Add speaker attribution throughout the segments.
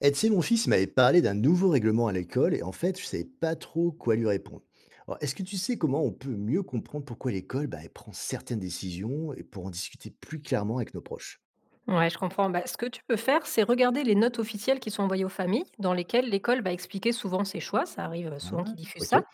Speaker 1: Et mon fils m'avait parlé d'un nouveau règlement à l'école et en fait, je ne savais pas trop quoi lui répondre. Alors, est-ce que tu sais comment on peut mieux comprendre pourquoi l'école, bah, elle prend certaines décisions et pour en discuter plus clairement avec nos proches?
Speaker 2: Ouais, je comprends. Bah, ce que tu peux faire, c'est regarder les notes officielles qui sont envoyées aux familles, dans lesquelles l'école va expliquer souvent ses choix. Ça arrive souvent
Speaker 1: Ah,
Speaker 2: qu'ils diffusent ça.
Speaker 1: ok,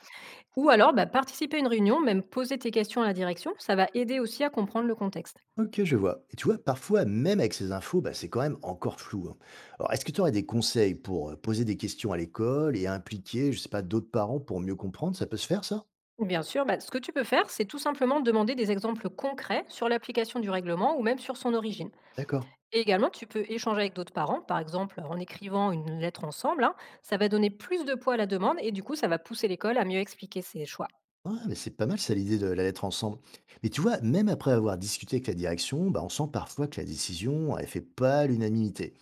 Speaker 2: Ou alors, bah, participer à une réunion, même poser tes questions à la direction, ça va aider aussi à comprendre le contexte.
Speaker 1: ok, je vois. Et tu vois, parfois, même avec ces infos, bah, c'est quand même encore flou, hein. Alors, est-ce que tu aurais des conseils pour poser des questions à l'école et impliquer, je sais pas, d'autres parents pour mieux comprendre? Ça peut se faire, ça?
Speaker 2: Bien sûr, bah, ce que tu peux faire, c'est tout simplement demander des exemples concrets sur l'application du règlement ou même sur son origine.
Speaker 1: D'accord.
Speaker 2: Et également, tu peux échanger avec d'autres parents, par exemple en écrivant une lettre ensemble, hein. Ça va donner plus de poids à la demande et du coup, ça va pousser l'école à mieux expliquer ses choix.
Speaker 1: Ouais, mais c'est pas mal ça l'idée de la lettre ensemble. Mais tu vois, même après avoir discuté avec la direction, bah, on sent parfois que la décision, elle fait pas l'unanimité.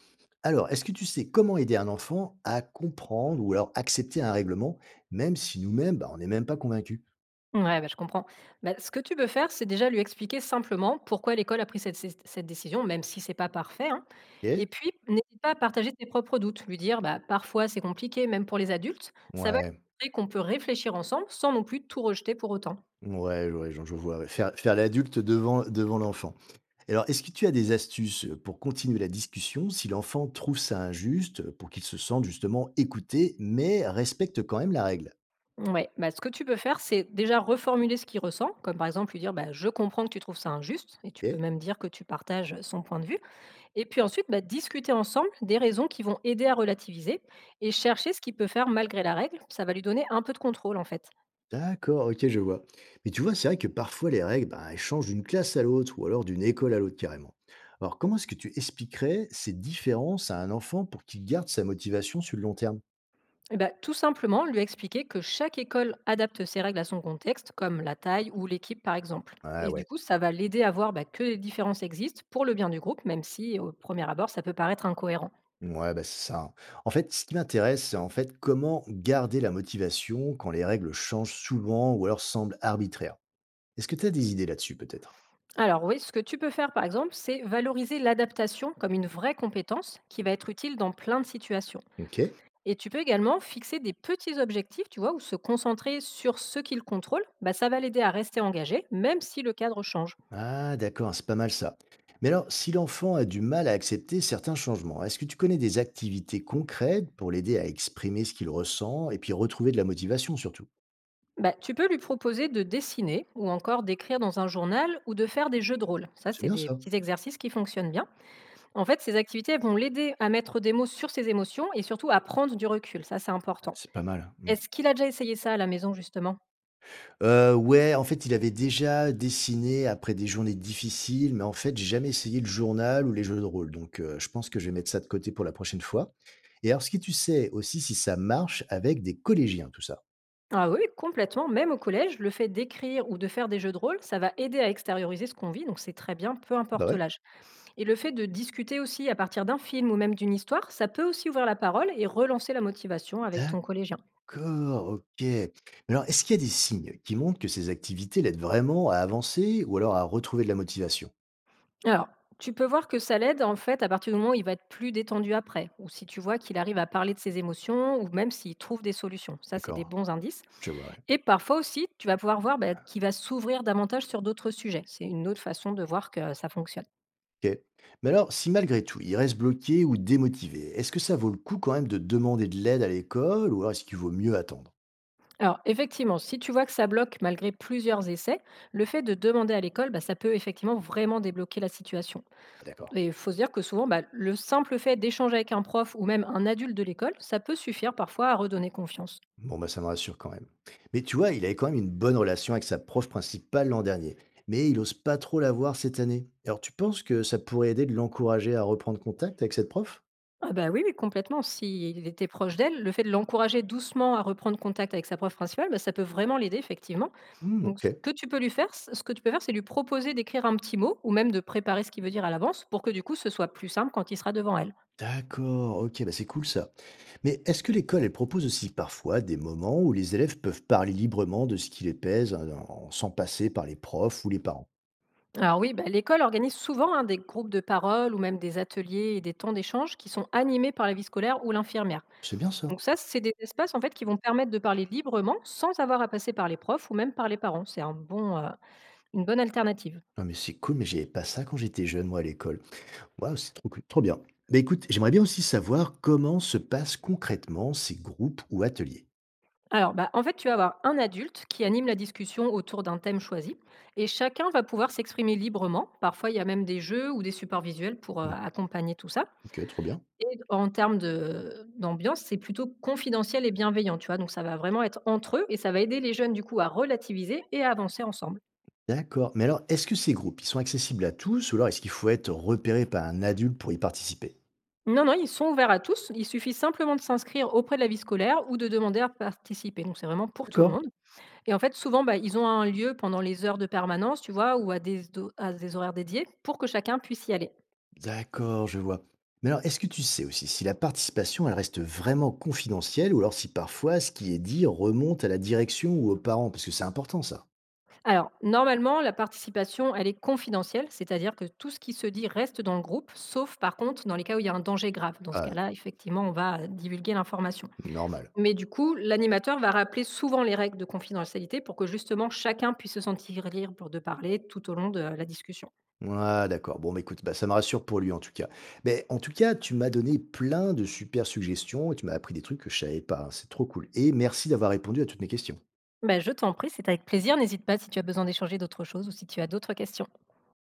Speaker 1: Alors, est-ce que tu sais comment aider un enfant à comprendre ou alors accepter un règlement, même si nous-mêmes, bah, on n'est même pas convaincus?
Speaker 2: Ouais, bah, je comprends. Bah, ce que tu peux faire, c'est déjà lui expliquer simplement pourquoi l'école a pris cette décision, même si c'est pas parfait, hein.
Speaker 1: Ok?
Speaker 2: Et puis, n'hésite pas à partager tes propres doutes, lui dire bah, parfois c'est compliqué, même pour les adultes. Ça va lui
Speaker 1: Ouais,
Speaker 2: montrer qu'on peut réfléchir ensemble sans non plus tout rejeter pour autant.
Speaker 1: ouais, ouais, je vois. Ouais. Faire l'adulte devant l'enfant. Alors, est-ce que tu as des astuces pour continuer la discussion si l'enfant trouve ça injuste, pour qu'il se sente justement écouté, mais respecte quand même la règle?
Speaker 2: Ouais, bah, ce que tu peux faire, c'est déjà reformuler ce qu'il ressent, comme par exemple lui dire bah, je comprends que tu trouves ça injuste, et tu peux
Speaker 1: Ok?
Speaker 2: même dire que tu partages son point de vue. Et puis ensuite, bah, discuter ensemble des raisons qui vont aider à relativiser et chercher ce qu'il peut faire malgré la règle. Ça va lui donner un peu de contrôle en fait.
Speaker 1: D'accord, ok, je vois. Mais tu vois, c'est vrai que parfois les règles, ben, elles changent d'une classe à l'autre ou alors d'une école à l'autre carrément. Alors, comment est-ce que tu expliquerais ces différences à un enfant pour qu'il garde sa motivation sur le long terme?
Speaker 2: Et bah, tout simplement lui expliquer que chaque école adapte ses règles à son contexte, comme la taille ou l'équipe par exemple.
Speaker 1: Ouais,
Speaker 2: Et du
Speaker 1: ouais,
Speaker 2: coup, ça va l'aider à voir bah, que les différences existent pour le bien du groupe, même si au premier abord, ça peut paraître incohérent.
Speaker 1: ouais, bah, c'est ça, hein. En fait, ce qui m'intéresse, c'est en fait comment garder la motivation quand les règles changent souvent ou alors semblent arbitraires. Est-ce que tu as des idées là-dessus peut-être?
Speaker 2: Alors oui, ce que tu peux faire par exemple, c'est valoriser l'adaptation comme une vraie compétence qui va être utile dans plein de situations.
Speaker 1: Ok.
Speaker 2: Et tu peux également fixer des petits objectifs, tu vois, ou se concentrer sur ce qu'il contrôle. Bah, ça va l'aider à rester engagé, même si le cadre change.
Speaker 1: Ah, d'accord, c'est pas mal ça. Mais alors, si l'enfant a du mal à accepter certains changements, est-ce que tu connais des activités concrètes pour l'aider à exprimer ce qu'il ressent et puis retrouver de la motivation surtout?
Speaker 2: Bah, tu peux lui proposer de dessiner ou encore d'écrire dans un journal ou de faire des jeux de rôle. Ça,
Speaker 1: C'est
Speaker 2: c'est
Speaker 1: bien
Speaker 2: des
Speaker 1: ça.
Speaker 2: petits exercices qui fonctionnent bien. En fait, ces activités elles vont l'aider à mettre des mots sur ses émotions et surtout à prendre du recul. Ça, c'est
Speaker 1: Ah,
Speaker 2: important.
Speaker 1: c'est pas mal. Mm.
Speaker 2: Est-ce qu'il a déjà essayé ça à la maison, justement?
Speaker 1: Ouais, en fait, il avait déjà dessiné après des journées difficiles, mais en fait, j'ai jamais essayé le journal ou les jeux de rôle. Donc, je pense que je vais mettre ça de côté pour la prochaine fois. Et alors, ce que tu sais aussi si ça marche avec des collégiens, tout ça?
Speaker 2: Ah oui, complètement. Même au collège, le fait d'écrire ou de faire des jeux de rôle, ça va aider à extérioriser ce qu'on vit. Donc, c'est très bien, peu importe
Speaker 1: Bah
Speaker 2: l'âge. Et le fait de discuter aussi à partir d'un film ou même d'une histoire, ça peut aussi ouvrir la parole et relancer la motivation
Speaker 1: ouais.
Speaker 2: avec ton collégien.
Speaker 1: D'accord, ok. Mais alors, est-ce qu'il y a des signes qui montrent que ces activités l'aident vraiment à avancer ou alors à retrouver de la motivation?
Speaker 2: Alors, tu peux voir que ça l'aide en fait à partir du moment où il va être plus détendu après, ou si tu vois qu'il arrive à parler de ses émotions, ou même s'il trouve des solutions. Ça, c'est des
Speaker 1: D'accord,
Speaker 2: bons indices.
Speaker 1: je vois, ouais.
Speaker 2: Et parfois aussi, tu vas pouvoir voir bah, qu'il va s'ouvrir davantage sur d'autres sujets. C'est une autre façon de voir que ça fonctionne.
Speaker 1: Ok. Mais alors, si malgré tout, il reste bloqué ou démotivé, est-ce que ça vaut le coup quand même de demander de l'aide à l'école ou alors est-ce qu'il vaut mieux attendre?
Speaker 2: Alors, effectivement, si tu vois que ça bloque malgré plusieurs essais, le fait de demander à l'école, bah, ça peut effectivement vraiment débloquer la situation.
Speaker 1: Ah, d'accord.
Speaker 2: Et il faut se dire que souvent, bah, le simple fait d'échanger avec un prof ou même un adulte de l'école, ça peut suffire parfois à redonner confiance.
Speaker 1: Bon, bah, ça me rassure quand même. Mais tu vois, il avait quand même une bonne relation avec sa prof principale l'an dernier, mais il n'ose pas trop la voir cette année. Alors, tu penses que ça pourrait aider de l'encourager à reprendre contact avec cette prof?
Speaker 2: Ah bah oui, oui, complètement. S'il était proche d'elle, le fait de l'encourager doucement à reprendre contact avec sa prof principale, bah, ça peut vraiment l'aider, effectivement.
Speaker 1: Hmm,
Speaker 2: Donc, ce
Speaker 1: ok.
Speaker 2: que tu peux lui faire, ce que tu peux faire, c'est lui proposer d'écrire un petit mot ou même de préparer ce qu'il veut dire à l'avance pour que du coup, ce soit plus simple quand il sera devant elle.
Speaker 1: D'accord, ok, bah c'est cool ça. Mais est-ce que l'école, elle propose aussi parfois des moments où les élèves peuvent parler librement de ce qui les pèse, hein, en- sans passer par les profs ou les parents?
Speaker 2: Alors oui, bah, l'école organise souvent hein, des groupes de parole ou même des ateliers et des temps d'échange qui sont animés par la vie scolaire ou l'infirmière.
Speaker 1: C'est bien ça.
Speaker 2: Donc ça, c'est des espaces en fait qui vont permettre de parler librement sans avoir à passer par les profs ou même par les parents. C'est un bon, une bonne alternative.
Speaker 1: Non mais c'est cool, mais j'avais pas ça quand j'étais jeune, moi, à l'école. Waouh, c'est trop cool, trop bien. Bah écoute, j'aimerais bien aussi savoir comment se passent concrètement ces groupes ou ateliers.
Speaker 2: Alors, bah, en fait, tu vas avoir un adulte qui anime la discussion autour d'un thème choisi et chacun va pouvoir s'exprimer librement. Parfois, il y a même des jeux ou des supports visuels pour,
Speaker 1: Hmm,
Speaker 2: accompagner tout ça,
Speaker 1: ok, trop bien.
Speaker 2: et en termes de d'ambiance, c'est plutôt confidentiel et bienveillant, tu vois? Donc ça va vraiment être entre eux et ça va aider les jeunes, du coup, à relativiser et à avancer ensemble.
Speaker 1: D'accord. Mais alors, est-ce que ces groupes, ils sont accessibles à tous, ou alors est-ce qu'il faut être repéré par un adulte pour y participer?
Speaker 2: Non, non, ils sont ouverts à tous. Il suffit simplement de s'inscrire auprès de la vie scolaire ou de demander à participer. Donc, c'est vraiment pour tout le
Speaker 1: D'accord.
Speaker 2: monde. Et en fait, souvent, bah, ils ont un lieu pendant les heures de permanence, tu vois, ou à des, à des horaires dédiés pour que chacun puisse y aller.
Speaker 1: D'accord, je vois. Mais alors, est-ce que tu sais aussi si la participation, elle reste vraiment confidentielle ou alors si parfois ce qui est dit remonte à la direction ou aux parents? Parce que c'est important ça.
Speaker 2: Alors, normalement, la participation, elle est confidentielle, c'est-à-dire que tout ce qui se dit reste dans le groupe, sauf par contre dans les cas où il y a un danger grave. Dans ce
Speaker 1: Ah,
Speaker 2: cas-là, effectivement, on va divulguer l'information.
Speaker 1: normal.
Speaker 2: Mais du coup, l'animateur va rappeler souvent les règles de confidentialité pour que justement chacun puisse se sentir libre de parler tout au long de la discussion.
Speaker 1: Ah, d'accord. Bon, bah, écoute, bah, ça me rassure pour lui en tout cas. Mais en tout cas, tu m'as donné plein de super suggestions et tu m'as appris des trucs que je savais pas, hein. C'est trop cool. Et merci d'avoir répondu à toutes mes questions.
Speaker 2: Bah, je t'en prie, c'est avec plaisir. N'hésite pas si tu as besoin d'échanger d'autres choses ou si tu as d'autres questions.